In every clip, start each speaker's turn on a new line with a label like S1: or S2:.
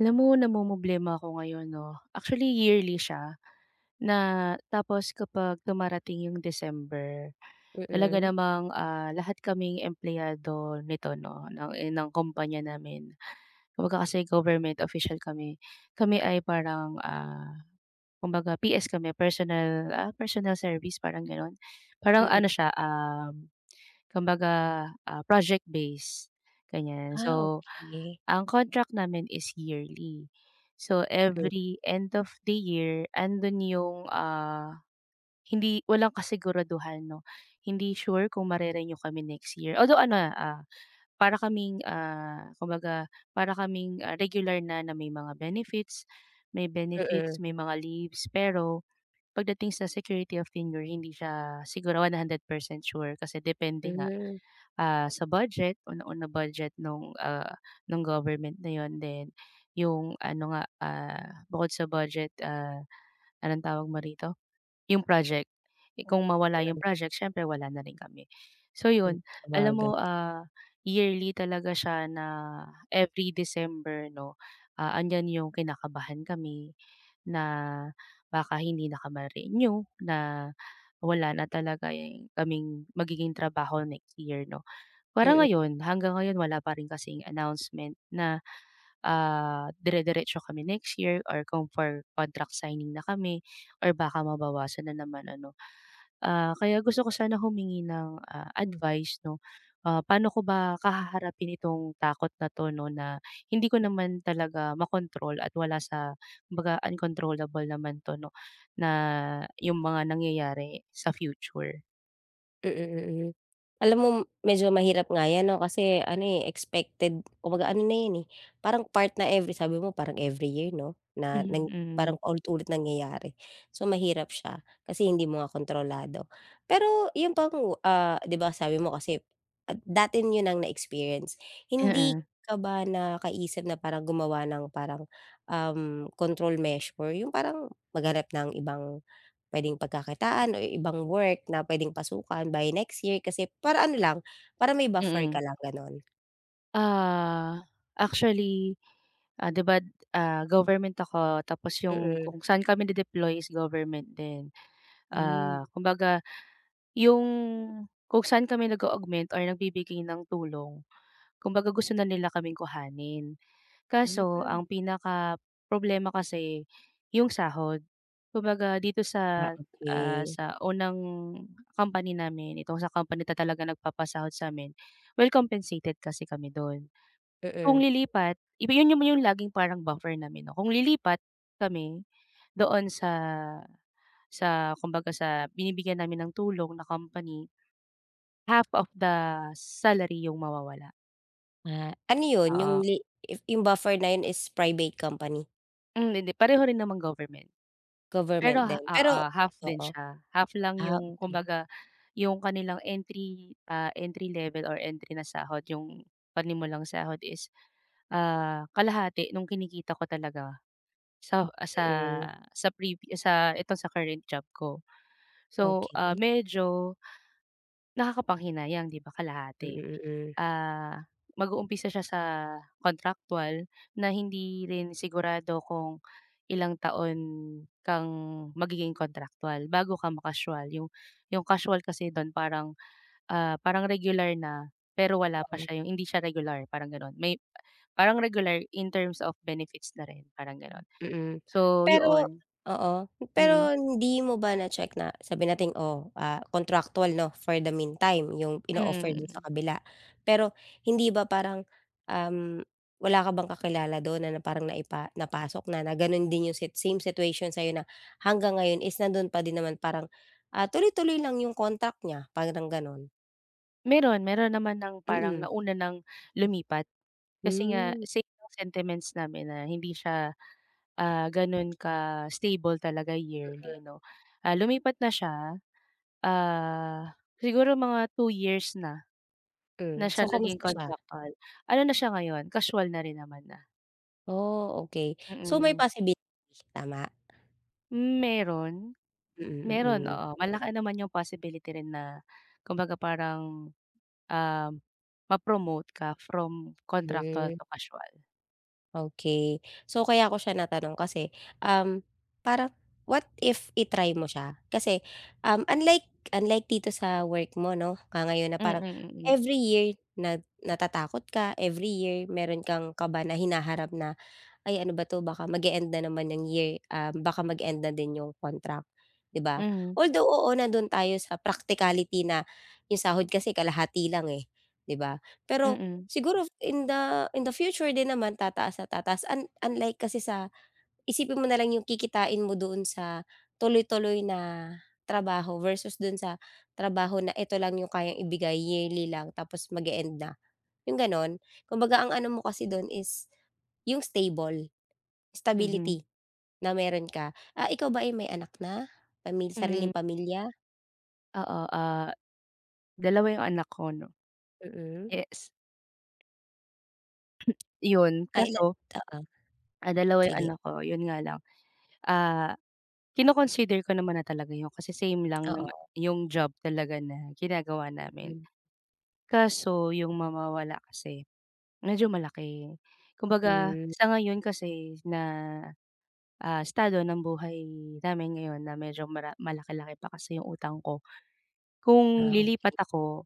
S1: Alam mo namomroblema ako ngayon 'no. Actually yearly siya na tapos kapag dumarating yung December, talaga
S2: Mm,
S1: namang, lahat kaming empleyado nito 'no ng kumpanya namin. Kumbaga kasi government official kami. Kami ay parang, kumbaga PS kami, personal, personal service parang gano'n. Parang
S2: mm.
S1: ano siya, kumbaga, project based, ganyan.
S2: Ah,
S1: So
S2: okey.
S1: ang contract namin is yearly. So,
S2: Mm,
S1: every end of the year andun yung, hindi walang kasiguraduhan 'no. Hindi sure kung mare-renew kami next year. Although ano, para kaming, kumbaga para kaming, regular na may mga benefits,
S2: mm,
S1: may mga leaves, pero pagdating sa security of tenure hindi siya siguro 100% sure kasi depende nga
S2: hmm.
S1: sa budget, unang-una budget nung government na yon. Then yung ano nga, bukod sa budget, anong tawag mo rito? Yung project. Eh, kung mawala yung project siyempre wala na rin kami. So yun, alam
S2: Sabagay.
S1: mo, yearly talaga siya na every December 'no, andiyan yung kinakabahan kami na baka hindi na ka renew na wala na talaga yung kaming magiging trabaho next year 'no. Parang ngayon, hanggang ngayon wala pa rin kasing announcement na, dire-diretso kami next year or kung for contract signing na kami or baka mabawasan na naman ano. Kaya gusto ko sana humingi ng, advice 'no, paano ko ba hahaharapin itong takot na 'to 'no, na hindi ko naman talaga makontrol at wala sa mga uncontrollable naman 'to 'no, na yung mga nangyayari sa future.
S2: Mm, mm. Alam mo medyo mahirap nga 'yan 'no, kasi ano, eh, expected kumbaga ano na 'yan, eh, parang part na every sabi mo parang every year 'no, na
S1: Mhm,
S2: nang
S1: mm.
S2: parang paulit-ulit nangyayari. So, mahirap siya kasi hindi mo nga kontrolado. Pero 'yun bang, ah, 'di ba sabi mo kasi at dati niyo nang na-experience, hindi ka ba nakaisip na parang gumawa ng parang, control measure, yung parang maghanap ng ibang puwedeng pagkakitaan o ibang work na puwedeng pasukan by next year kasi para ano lang, para may buffer
S1: Mm.
S2: ka lang gano'n.
S1: Ah, actually, 'di ba, government ako tapos yung
S2: Mm.
S1: kung saan kami nade-deploy is government din.
S2: Hmm,
S1: Kumbaga yung kung saan kami nag-o-augment or nagbibigay ng tulong, kumbaga gusto na nila kaming kuhanin. Kaso
S2: hmm.
S1: ang pinaka problema kasi yung sahod. Kumbaga dito
S2: Ah,
S1: sa, ah,
S2: okey.
S1: sa unang company namin, itong sa company na talagang nagpapasahod sa'min, well compensated kasi kami dun. Kung
S2: Mm.
S1: lilipat, iba yun yung laging parang buffer namin 'no, kung lilipat kami doon sa kumbaga sa binibigyan namin ng tulong na company, half of the salary yung mawawala,
S2: Ah, ano 'yun yung
S1: oo.
S2: if yung buffer na 'yun is private company,
S1: Hmm, hindi pareho rin naman government, pero
S2: government
S1: ha
S2: din?
S1: oo,
S2: Pero
S1: half din
S2: oo.
S1: siya, half lang
S2: Ah,
S1: yung
S2: okey.
S1: kumbaga yung kanilang entry, entry level or entry na sahod yung, panimulang sahod is, kalahati nung kinikita ko talaga. Sa ah,
S2: Mm.
S1: sa previ sa ito sa current job ko. So,
S2: Okey.
S1: medyo nakakapanghinayang 'di ba kalahati.
S2: Mm,
S1: Ah, mag-uumpisa siya sa contractual na hindi rin sigurado kung ilang taon kang magiging contractual bago ka ma-casual. Yung casual kasi don parang, parang regular na pero wala pa
S2: mm.
S1: siya yung hindi siya regular parang ganon. May parang regular in terms of benefits na rin parang ganon.
S2: Mm.
S1: So,
S2: Pero
S1: yun,
S2: oo,
S1: mm.
S2: pero hindi mo ba na-check na sabihin natin, oh, contractual 'no, for the meantime yung ino-offer dun sa
S1: Mm.
S2: kabila. Pero hindi ba parang, um, wala ka bang kakilala dun na na parang napasok na, na ganun din yung same situation sa'yo na hanggang ngayon is nandun pa din naman parang, tuloy-tuloy lang yung contract niya, parang ganun?
S1: Meron, meron naman ng parang
S2: Mm.
S1: nauna ng lumipat. Kasi nga
S2: Hmm,
S1: same ang sentiments namin na hindi siya, gano'n ka-stable talaga yearly 'no. Lumipat na siya, ah, siguro mga 2 years na, na
S2: mm.
S1: siya
S2: So,
S1: naging
S2: kamusta siya?
S1: contractual. Ano na siya ngayon, casual na rin naman na,
S2: Oh, okey. So, may
S1: mm.
S2: possibility, tama?
S1: Meron,
S2: Mm,
S1: meron,
S2: mm.
S1: oo. Malaki naman yung possibility rin na kumbaga parang, um, ma-promote ka from contractual
S2: Hmm,
S1: to casual.
S2: okey. So, kaya ko siya natanong kasi, um, parang what if i-try mo siya? Kasi, unlike unlike dito sa work mo 'no, ngayon na
S1: Mm,
S2: parang
S1: mm.
S2: every year na natatakot ka, every year meron kang kaba na hinaharap na ay ano ba 'to baka mag-e-end na naman ng year, baka mag-end na din yung contract, 'di ba?
S1: Mm,
S2: Although, oo nandun tayo sa practicality na yung sahod kasi kalahati lang, eh, 'di ba?
S1: mm,
S2: Pero
S1: mm,
S2: siguro in the future din naman tataas at tataas unlike kasi sa isipin mo na lang yung kikitain mo doon sa tuloy-tuloy na trabaho versus dun sa trabaho na ito lang yung kayang ibigay yearly lang tapos mag-e-end na, yung gano'n. Kumbaga ang ano mo kasi dun is yung stable.
S1: mhm.
S2: Stability na meron ka. Ah, ikaw ba ay may anak na?
S1: Hmm,
S2: Sariling pamilya?
S1: oo, dalawa yung anak ko 'no,
S2: Mm.
S1: yes, yun
S2: Ah, ila
S1: kaso,
S2: Oo,
S1: dalawa yung
S2: sige.
S1: anak ko, yun nga lang, ah, kino-consider ko naman na talaga yun kasi same lang naman
S2: Oo,
S1: yung job talaga na ginagawa namin.
S2: mm.
S1: Kaso yung mamawala kasi medyo malaki. Kumbaga
S2: Hmm,
S1: sa ngayon kasi na, estado ng buhay namin ngayon na medyo malaki-laki pa kasi yung utang ko, kung
S2: ah,
S1: lilipat ako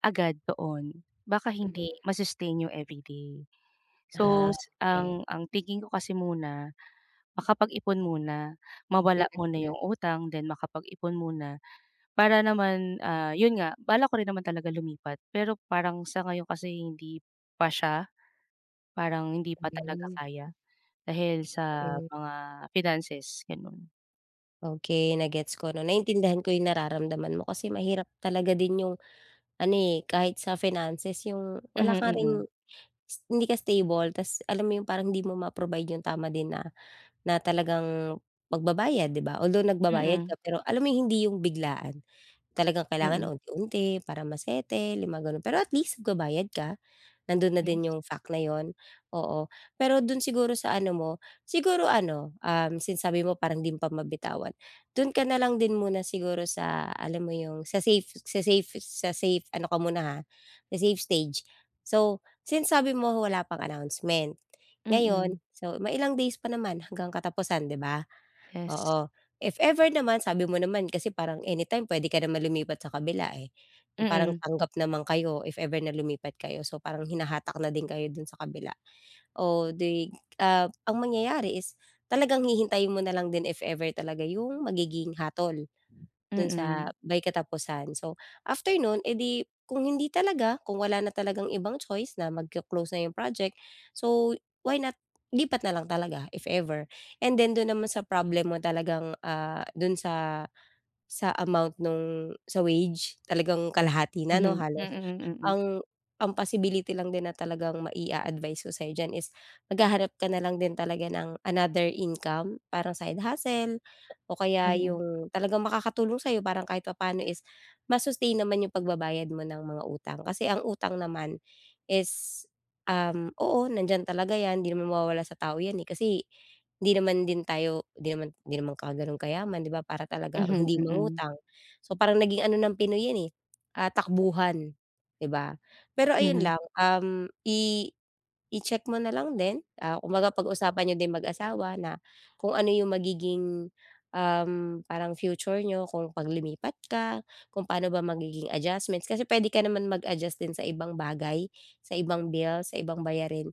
S1: agad doon, baka hindi
S2: mm.
S1: ma-sustain yung everyday.
S2: Ah,
S1: So, s-
S2: okey.
S1: ang ang thinking ko kasi muna makapag-ipon muna, mawala
S2: Mm,
S1: muna yung utang, then makapag-ipon muna para naman, yun nga balak ko rin naman talaga lumipat, pero parang sa ngayon kasi hindi pa siya, parang hindi pa talaga
S2: mm,
S1: kaya dahil sa
S2: mm.
S1: mga finances ganun.
S2: Okey, na-gets ko 'no, naintindihan ko yung nararamdaman mo kasi mahirap talaga din yung ano, eh, kahit sa finances yung wala
S1: Mhm,
S2: ka ring
S1: mm.
S2: hindi ka stable ta's alam mo yung parang hindi mo ma-provide yung tama din na na talagang magbabayad, 'di ba? Although nagbabayad
S1: Mm,
S2: ka pero alam mo yung hindi yung biglaan. Talagang kailangan
S1: mm.
S2: unti-unti para masete lima yung. Pero at least nagbabayad ka, nando'n na din
S1: Yes.
S2: yung fact na 'yun, oo. Pero dun siguro sa ano mo, siguro ano, since sabi mo parang 'di mo pa mabitawan, do'n ka na lang din muna siguro sa alam mo yung sa safe sa safe ano ka muna ha, sa safe stage. So, since sabi mo wala pang announcement ngayon,
S1: Mm,
S2: so mailang days pa naman hanggang katapusan, 'di ba?
S1: yes.
S2: Oo. If ever naman, sabi mo naman kasi parang anytime puwede ka naman lumipat sa kabila, eh. Parang
S1: Mm,
S2: tanggap naman kayo if ever na lumipat kayo, so parang hinahatak na din kayo dun sa kabila. O di, ang mangyayari is talagang hihintayin mo na lang din if ever talaga yung magiging hatol. Dun sa
S1: mm.
S2: may katapusan. So, after nun, eh kung hindi talaga, kung wala na talagang ibang choice na mag close na yung project, so why not lipat na lang talaga if ever. And then dun naman sa problem mo talagang, dun sa amount nung sa wage talagang kalahati na 'no
S1: Mhm, mm,
S2: halos.
S1: mm, mm.
S2: Ang ang possibility lang din na talagang maia-advice ko sa'yo diyan is maghahanap ka na lang din talaga ng another income, parang side hustle o kaya
S1: Mhm.
S2: yung talagang makakatulong sa'yo parang kahit papaano is ma-sustain naman yung pagbabayad mo ng mga utang. Kasi ang utang naman is, oo nandiyan talaga 'yan, 'di naman mawawala sa tao 'yan, eh, kasi hindi naman din tayo hindi naman ka gano'n kayaman 'di ba para talagang
S1: Mhm,
S2: hindi
S1: mm.
S2: mangutang. So parang naging ano ng Pinoy 'yan, eh, takbuhan, 'di ba? Pero ayun
S1: Mhm,
S2: lang, um, i i-check mo na lang din, kumbaga pag-usapan niyo din mag-asawa na kung ano yung magiging, parang future niyo kung 'pag lumipat ka, kung paano ba magiging adjustments. Kasi puwede ka naman mag-adjust din sa ibang bagay, sa ibang bill, sa ibang bayarin.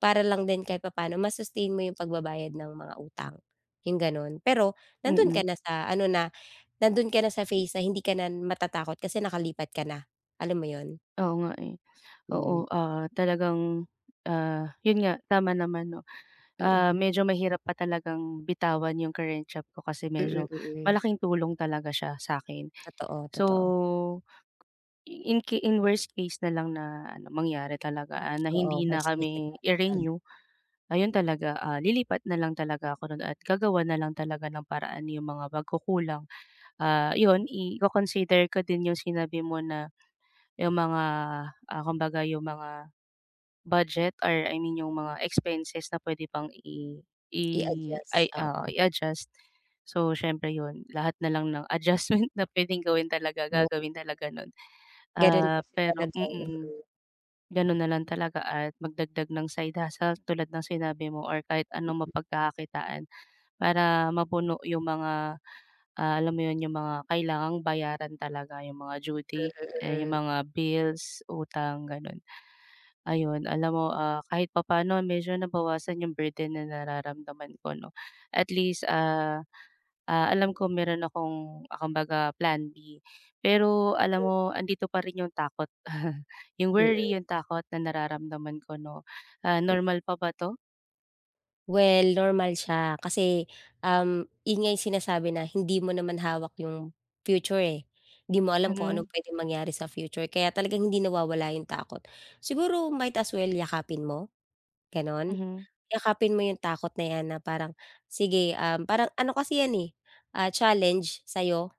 S2: Para lang din kahit papaano ma-sustain mo yung pagbabayad ng mga utang, yung gano'n. Pero nandun ka
S1: mm.
S2: na sa ano na, nandun ka na sa phase na hindi ka na matatakot kasi nakalipat ka na, alam mo yun?
S1: Oo nga, eh.
S2: Hmm,
S1: Oo, talagang, yun nga tama naman 'no.
S2: mm.
S1: Medyo mahirap pa talagang bitawan yung current job ko kasi
S2: Mm,
S1: medyo
S2: mm.
S1: malaking tulong talaga siya sa'kin.
S2: Totoo,
S1: So,
S2: totoo.
S1: in worst case na lang na ano, mangyari talaga, na
S2: Oo,
S1: hindi na
S2: worst case
S1: kami
S2: scenario na
S1: i-renew, ayun talaga, lilipat na lang talaga ako nun at gagawan na lang talaga ng paraan yung mga pagkukulang. Yun iko-consider ko din yung sinabi mo na. Yung mga, kumbaga yung mga budget or I mean yung mga expenses na pwede pang i
S2: i-adjust,
S1: ay, oo, i-adjust. So, siyempre yun lahat na lang ng adjustment na puwedeng gawin talaga
S2: oo.
S1: gagawin talaga nun.
S2: Ganon
S1: Ah,
S2: kasi
S1: pero
S2: talaga yun.
S1: mm, ganun na lang talaga at magdagdag ng side hustle tulad ng sinabi mo or kahit anong mapagkakakitaan. Para mapuno yung mga, alam mo yun, yung mga kailangang bayaran talaga, yung mga due date, eh, yung
S2: Mm,
S1: mga bills, utang, gano'n. Ayun, alam mo, kahit papaano medyo nabawasan yung burden na nararamdaman ko 'no. At least, alam ko meron akong, kumbaga plan B. Pero alam mo, andito pa rin yung takot, yung
S2: mm.
S1: worry, yung takot na nararamdaman ko 'no. Normal pa ba 'to?
S2: Well, normal siya kasi, yun nga yung sinasabi na hindi mo naman hawak yung future, eh. Hindi mo alam kung anong
S1: Mhm,
S2: pwede mangyari sa future kaya talagang hindi nawawala yung takot. Siguro might as well yakapin mo, gano'n.
S1: mhm,
S2: Yakapin mo yung takot na 'yan na parang, sige, parang ano kasi 'yan, eh, challenge sa'yo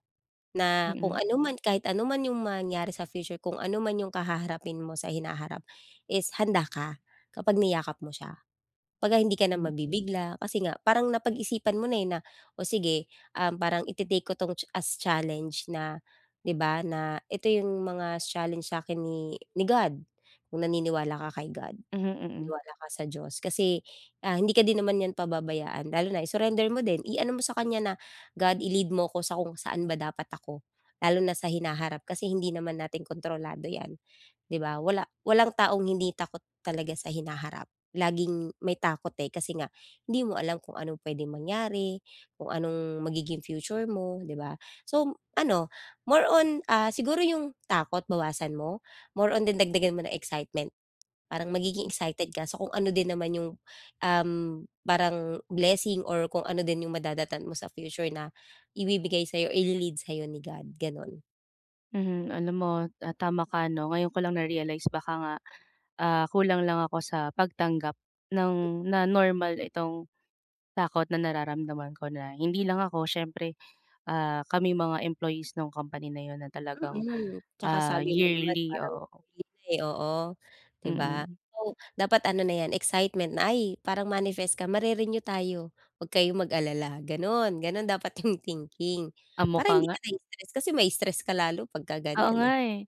S2: na kung
S1: mm,
S2: ano man kahit ano man yung mangyari sa future, kung ano man yung kahaharapin mo sa hinaharap is handa ka kapag niyakap mo siya. Kumbaga hindi ka na
S1: hmm,
S2: mabibigla kasi nga parang napag-isipan mo na, eh, na, "O sige, parang ite-take ko 'tong as challenge na," 'di ba, na ito yung mga challenge sa akin ni God, kung naniniwala ka kay God,
S1: mhm, mm.
S2: naniniwala ka sa Diyos. Kasi, hindi ka din naman niyan pababayaan lalo na surrender mo din, i-ano mo sa kanya na, "God, i-lead mo ko sa kung saan ba dapat ako." Lalo na sa hinaharap kasi hindi naman natin kontrolado 'yan. 'Di ba, walang taong hindi takot talaga sa hinaharap. Laging may takot, eh, kasi nga hindi mo alam kung anong puwedeng mangyari, kung anong magiging future mo, 'di ba? So, ano, more on, siguro yung takot bawasan mo, more on din dagdagan mo ng excitement. Parang magiging excited ka, so kung ano din naman yung, um, parang blessing or kung ano din yung madadatnan mo sa future na ibibigay sa'yo, ile-lead sa'yo ni God, gano'n.
S1: Mhm, alam mo, tama ka 'no, ngayon ko lang na-realize baka nga, kulang lang ako sa pagtanggap ng na normal itong takot na nararamdaman ko na hindi lang ako siyempre, kami mga employees ng company na yun na talagang,
S2: Mm, tsaka sabi mo naman
S1: yearly
S2: parang
S1: o
S2: bili na, eh, oo, 'di ba?
S1: mm.
S2: So, dapat ano na 'yan excitement na, "Ay parang manifest ka, mare-renew tayo, 'wag kayong mag-alala." Gano'n, gano'n dapat yung thinking.
S1: Amo
S2: Para
S1: ka
S2: hindi
S1: nga.
S2: ka na-stress kasi mai-stress ka lalo pagka
S1: Oo
S2: ganiyan,
S1: nga,
S2: eh.
S1: eh.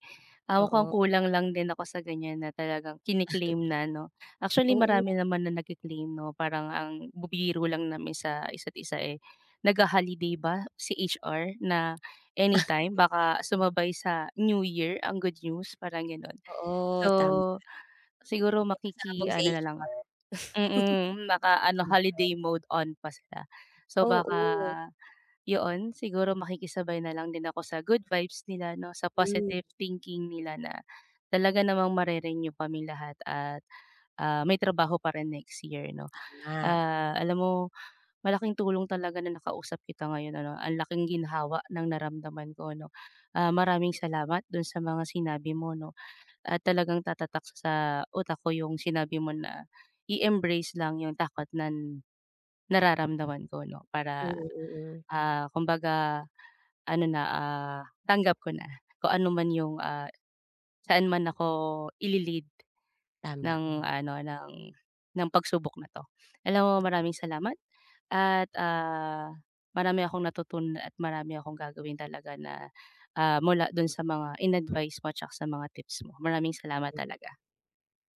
S1: Mukhang
S2: Oo,
S1: kulang lang din ako sa ganyan na talagang kine na 'no. Actually,
S2: oo,
S1: marami naman na nagke 'no, parang ang bubiro lang namin sa isa't isa, eh, nagha-holiday ba si HR na anytime baka sumabay sa New Year ang good news, parang gano'n.
S2: oo,
S1: So,
S2: tama.
S1: siguro
S2: May pasabog sa
S1: makiki-ano na lang
S2: HR.
S1: Mm, Naka ano
S2: Siyempre.
S1: holiday mode on pa sila. So baka,
S2: Oo,
S1: yun siguro makikisabay na lang din ako sa good vibes nila 'no, sa
S2: hmm,
S1: positive thinking nila na talaga namang mare-renew kaming lahat at, may trabaho pa rin next year 'no.
S2: tama.
S1: Alam mo malaking tulong talaga na nakausap kita ngayon ano, ang laking ginhawa ng naramdaman ko 'no. Maraming salamat dun sa mga sinabi mo 'no talagang tatatak sa utak ko yung sinabi mo na i-embrace lang yung takot na nararamdaman ko 'no,
S2: Mm,
S1: para,
S2: mm, mm.
S1: kumbaga ano na, tanggap ko na kung ano man yung, saan man ako ile
S2: Tama.
S1: ng ano, ng pagsubok na 'to. Alam mo maraming salamat at, marami akong natutunan at marami akong gagawin talaga na, mula dun sa mga in-advice mo at saka sa mga tips mo. Maraming salamat talaga.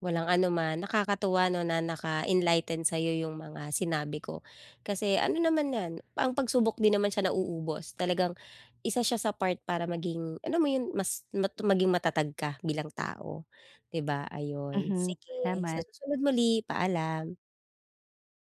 S2: Walang anuman. Nakakatuwa 'no na naka-enlighten sa'yo yung mga sinabi ko. Kasi ano naman 'yan, ang pagsubok din naman siya nauubos. Talagang isa siya sa part para maging ano mo yun, mas maging matatag ka bilang tao, 'di ba? Ayun,
S1: Mhm,
S2: sige sa
S1: salamat.
S2: susunod muli, paalam.